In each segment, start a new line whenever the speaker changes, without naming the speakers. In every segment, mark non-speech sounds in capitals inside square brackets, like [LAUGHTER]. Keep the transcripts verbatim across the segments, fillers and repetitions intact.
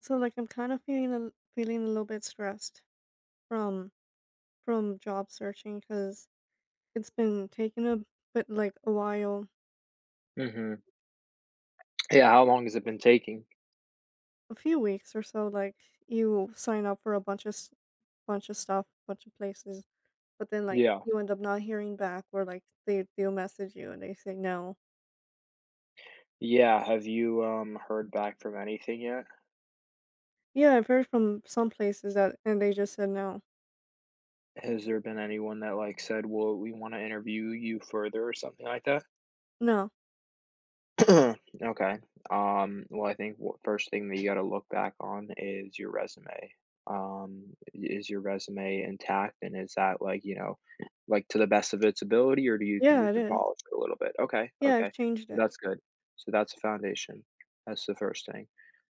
So like I'm kind of feeling a, feeling a little bit stressed from from job searching because it's been taking a bit like a while,
Mhm. Yeah, how long has it been taking?
a few weeks or so. Like you sign up for a bunch of s- bunch of stuff, bunch of places, but then like
Yeah.
you end up not hearing back, or like they they'll message you and they say no.
Yeah, have you, um, heard back from anything yet?
Yeah, I've heard from some places that and they just said no,
Has there been anyone that, like, said, "Well, we wanna interview you further," or something like that?
no.
[CLEARS THROAT] Okay. Um, well, I think w first thing that you gotta look back on is your resume. Um, is your resume intact, and is that, like, you know, like, to the best of its ability, or do you think
Yeah,
you
it
can
is.
polish it a little bit? Okay,
Yeah, I've
okay.
changed it
That's good. So that's a foundation. That's the first thing.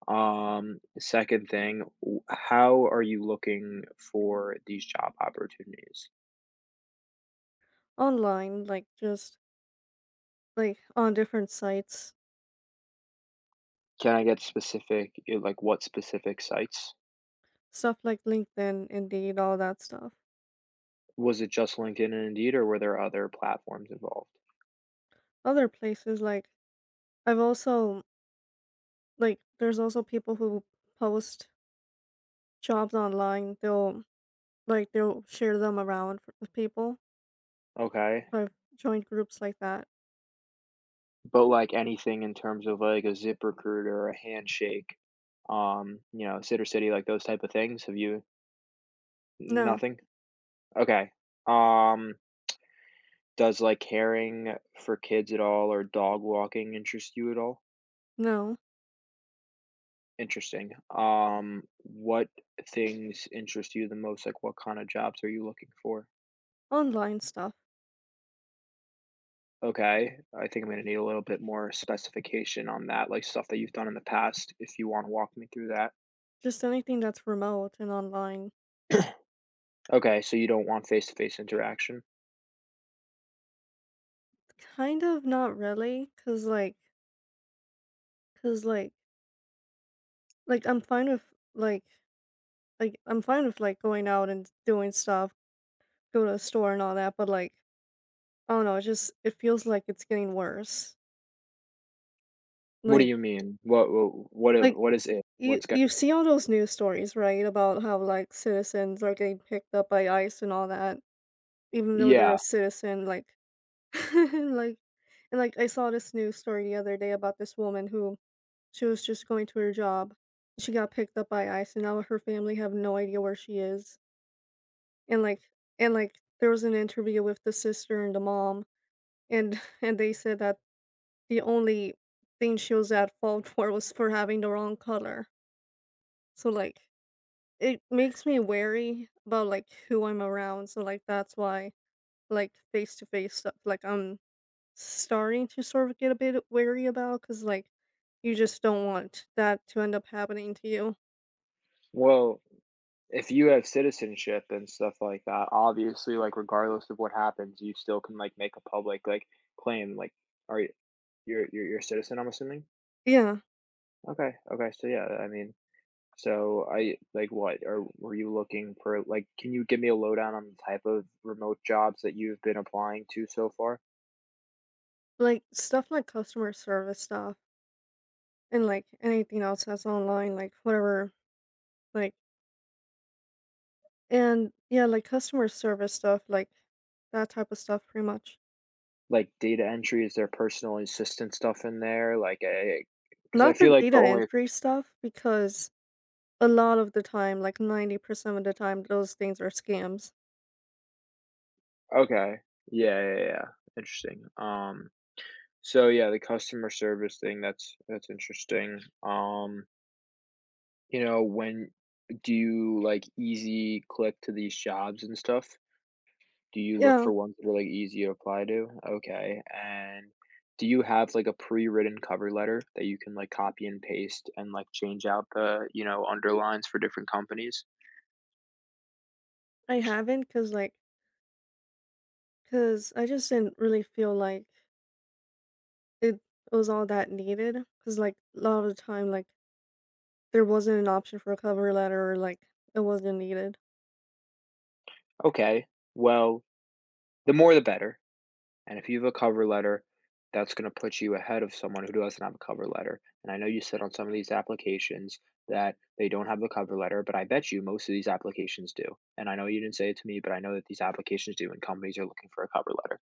Um, second thing, w- how are you looking for these job opportunities?
online, like just like on different sites,
Can I get specific, eh, like what specific sites?
stuff like LinkedIn, Indeed, all that stuff.
Was it just LinkedIn and Indeed, or were there other platforms involved?
Other places, like I've also, like there's also people who post jobs online. They'll like they'll share them around for, with people.
Okay.
I've joined groups like that.
But like anything in terms of like a ZipRecruiter or a Handshake, um, you know, Sitter City, like those type of things. Have you
No,
nothing? Okay. Um, does like caring for kids at all or dog walking interest you at all?
no,
Interesting. Um, what things interest you the most? Like, what kind of jobs are you looking for?
online stuff.
Okay, I think I'm gonna need a little bit more specification on that, like stuff that you've done in the past, if you want to walk me through that.
Just anything that's remote and online.
Okay, so you don't want face-to-face interaction?
Kind of not really, cause like, cause like, like I'm fine with, like, like I'm fine with like going out and doing stuff, go to a store and all that. But like, oh no, it just it feels like it's getting worse.
What do
Like
you mean? What what what i-
like
what is it?
you
What's going?
you see all those news stories, right, about how like citizens are getting picked up by ICE and all that, even though they're a
Yeah.
citizen, like [LAUGHS] and, like and like I saw this news story the other day about this woman who she was just going to her job. She got picked up by ICE and now her family have no idea where she is. And like and like there was an interview with the sister and the mom, and [LAUGHS] and they said that the only thing she was at fault [LAUGHS] for was for having the wrong color. So, like, it makes me wary about, like, who I'm around, so, like, that's why, like, face-to-face stuff, like, I'm starting to sort of get a bit wary about because like, you just don't want that to end up happening to you.
Well, if you have citizenship and stuff like that, obviously, like regardless of what happens, you still can like make a public like claim, like are you you're you're you're a citizen, I'm assuming?
Yeah,
Okay, okay, so yeah, I mean, so I like what are were you looking for? Like, can you give me a lowdown on the type of remote jobs that you've been applying to so far?
like, stuff like customer service stuff and, like, anything else that's online, like, whatever, like, and, yeah, like, customer service stuff, like, that type of stuff pretty much.
Like data entry, is there personal assistant stuff in there? Like, because I
Not the
feel like the
data
only
entry stuff because a lot of the time, like ninety percent of the time, those things are scams.
okay, yeah, yeah, yeah, interesting. Um, so yeah, the customer service thing that's that's interesting. Um, you know, when do you like easy click to these jobs and stuff? Do you look for
Yeah,
ones that are, like, easy to apply to? Okay, and do you have, like, a pre-written cover letter that you can, like, copy and paste and, like, change out the, you know, underlines for different companies?
I haven't, not because, like, because I just didn't really feel like it was all that needed. Because, like, a lot of the time, like, there wasn't an option for a cover letter or, like, it wasn't needed.
Okay, well, the more the better. And if you have a cover letter, that's gonna put you ahead of someone who doesn't have a cover letter. And I know you said on some of these applications that they don't have the cover letter, but I bet you most of these applications do. And I know you didn't say it to me, but I know that these applications do, and companies are looking for a cover letter.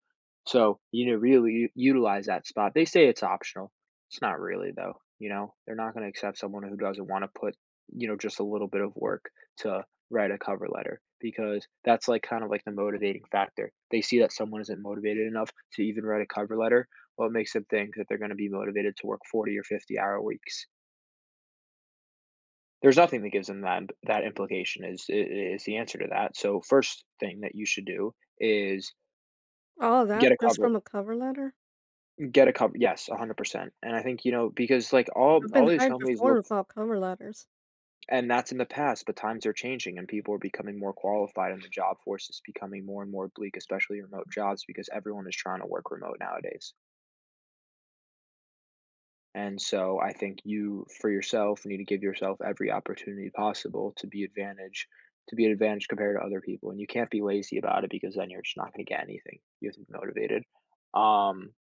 So, you know, really u- utilize that spot. They say it's optional. It's not really though, you know. They're not going to accept someone who doesn't want to put, you know, just a little bit of work to write a cover letter because that's like kind of like the motivating factor. They see that someone isn't motivated enough to even write a cover letter. Well, it makes them think that they're going to be motivated to work forty or fifty hour weeks. There's nothing that gives them that that implication is i- is the answer to that. So first thing that you should do is
All
get
that
a
just
cover
from a cover letter?
get a cover, yes, one hundred percent. And I think, you know, because like all
I've
all
been
these
hired
companies
before
look.
without cover letters.
And that's in the past, but times are changing and people are becoming more qualified and the job force is becoming more and more bleak, especially remote jobs because everyone is trying to work remote nowadays. And so I think you for yourself need to give yourself every opportunity possible to be advantage to be an advantage compared to other people. And you can't be lazy about it because then you're just not going to get anything. You have to be motivated. Um,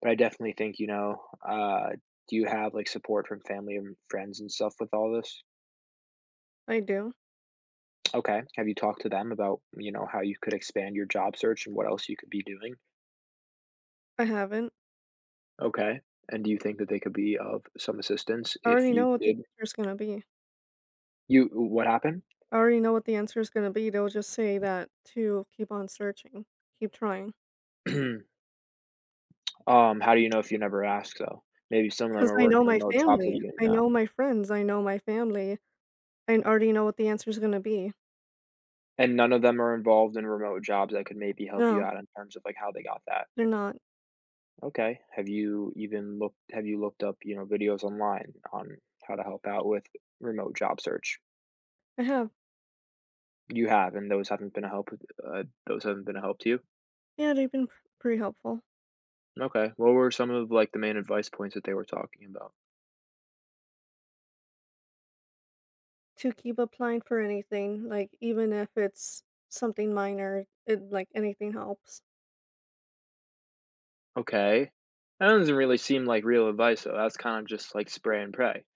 but I definitely think, you know, uh, do you have like support from family and friends and stuff with all this?
I do.
Okay. Have you talked to them about, you know, how you could expand your job search and what else you could be doing?
I haven't.
Okay. And do you think that they could be of some assistance
I
if
already
you
know what the
did
answer is gonna be.
you what happened?
I already know what the answer is gonna be, they'll just say that to keep on searching, keep trying.
[CLEARS THROAT] Um, how do you know if you never asked though? Maybe some of them
Cause
are
I
working
know my
remote jobs that you
family,
didn't
I
know.
know my friends, I know my family, I already know what the answer is gonna be.
And none of them are involved in remote jobs that could maybe help you
No,
out in terms of like how they got that.
they're not.
Okay. Have you even looked have you looked up, you know, videos online on how to help out with remote job search?
I have,
You have, and those haven't been a help uh, those haven't been a help to you?
yeah, they've been pr pretty helpful,
Okay. What were some of, like, the main advice points that they were talking about?
to keep applying for anything, like, even if it's something minor, it like, anything helps.
Okay. That doesn't really seem like real advice, though. That's kind of just like spray and pray.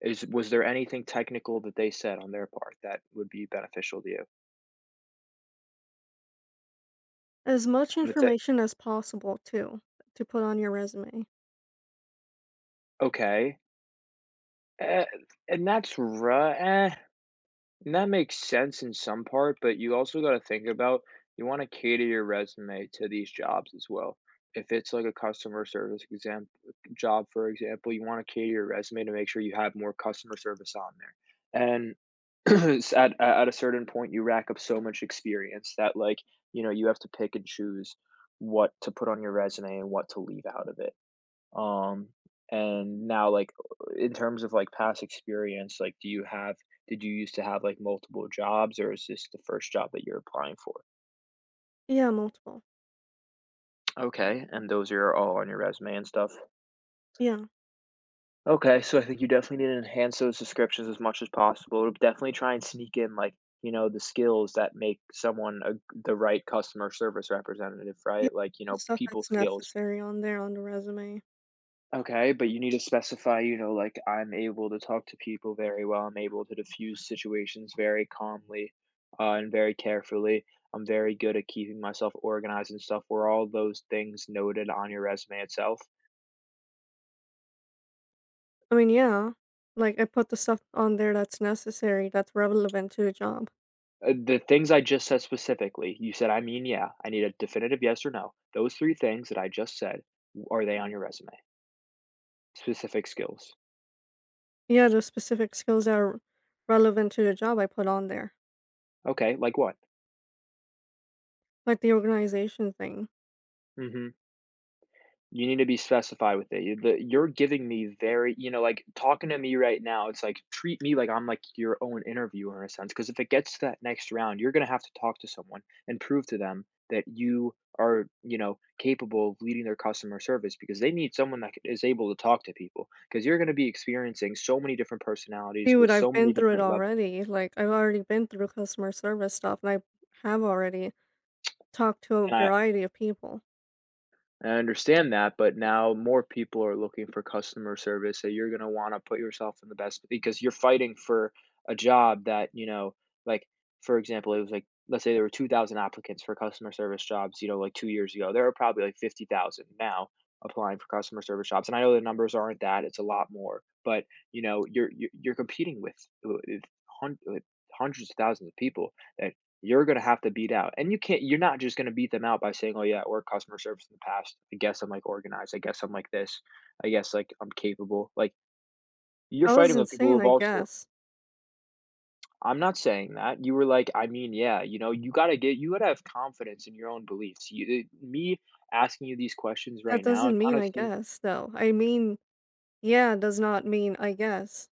Is was there anything technical that they said on their part that would be beneficial to you?
As much
I'm gonna say,
information as possible too, to put on your resume.
okay, eh, and that's ri eh. And that makes sense in some part, but you also got to think about you want to cater your resume to these jobs as well. If it's like a customer service exam job, for example, you want to cater your resume to make sure you have more customer service on there. And [CLEARS THROAT] s- at at a certain point, you rack up so much experience that like you know you have to pick and choose what to put on your resume and what to leave out of it. Um, and now, like, in terms of like past experience, like, do you have, did you used to have like multiple jobs or is this the first job that you're applying for?
Yeah, multiple.
Okay. And those are all on your resume and stuff.
Yeah.
Okay. So I think you definitely need to enhance those descriptions as much as possible. Definitely try and sneak in like, you know, the skills that make someone a, the right customer service representative,
Yeah,
right? Like, you know,
stuff
people
that's
skills.
necessary on there on the resume.
Okay, but you need to specify, you know, like, "I'm able to talk to people very well, I'm able to diffuse situations very calmly, uh, and very carefully. I'm very good at keeping myself organized and stuff." Were all those things noted on your resume itself?
I mean, yeah. Like, I put the stuff on there that's necessary, that's relevant to the job.
Uh, the things I just said specifically, you said, "I mean, yeah." I need a definitive yes or no. Those three things that I just said, w are they on your resume? Specific skills.
Yeah, the specific skills that are relevant to the job I put on there,
Okay, like what?
like the organization thing.
Mhm. You need to be specified with it. You the you're giving me very you know, like, talking to me right now, it's like, treat me like I'm, like, your own interviewer in a sense. Because if it gets to that next round, you're gonna have to talk to someone and prove to them that you are, you know, capable of leading their customer service because they need someone that is able to talk to people. Because you 'cause you're gonna be experiencing so many different personalities with
Dude, I've
so many
been through it
different levels.
already. Like, I've already been through customer service stuff, and I have already talked to a
And I
variety of people.
I understand that, but now more people are looking for customer service, so you're gonna wanna put yourself in the best because you're fighting for a job that, you know, like, for example, it was like, let's say there were two thousand applicants for customer service jobs, you know, like two years ago. There are probably like fifty thousand now applying for customer service jobs, and I know the numbers aren't that, it's a lot more, but, you know, you're you're you're competing with, uh, with hun with hundreds of thousands of people that you're gonna have to beat out, and you can't you're not just gonna beat them out by saying, "Oh, yeah, or customer service in the past. I guess I'm, like, organized. I guess I'm like this. I guess, like, I'm capable." Like, you're
I was
fighting with people who
insane,
have
I
also
guess.
I'm not saying that. You were like, I mean, yeah, you know, you gotta get you gotta have confidence in your own beliefs. You, eh me asking you these questions right
That
now, it
doesn't mean
kinda
I
seems
guess, though. I mean, yeah does not mean I guess.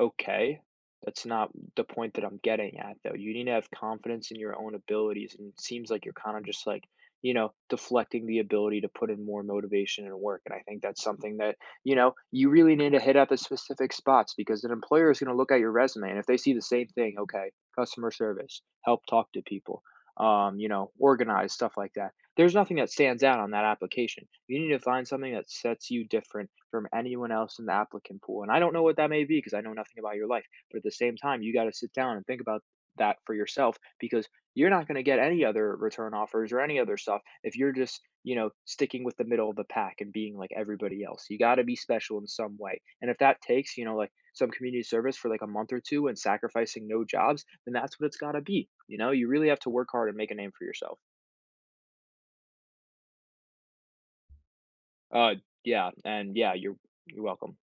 okay, that's not the point that I'm getting at, though. You need to have confidence in your own abilities, and it seems like you're kind of just like, you know, deflecting the ability to put in more motivation and work. And I think that's something that, you know, you really need to hit at the specific spots because an employer is going to look at your resume. And if they see the same thing, okay, customer service, help talk to people, um, you know, organize, stuff like that. There's nothing that stands out on that application. You need to find something that sets you different from anyone else in the applicant pool, and I don't know what that may be because I know nothing about your life, but at the same time, you gotta sit down and think about that for yourself because you're not gonna get any other return offers or any other stuff if you're just, you know, sticking with the middle of the pack and being like everybody else. You gotta be special in some way, and if that takes, you know, like, some community service for, like, a month or two and sacrificing no jobs, then that's what it's gotta be, you know? You really have to work hard and make a name for yourself. Uh, yeah, and yeah, you're you're welcome.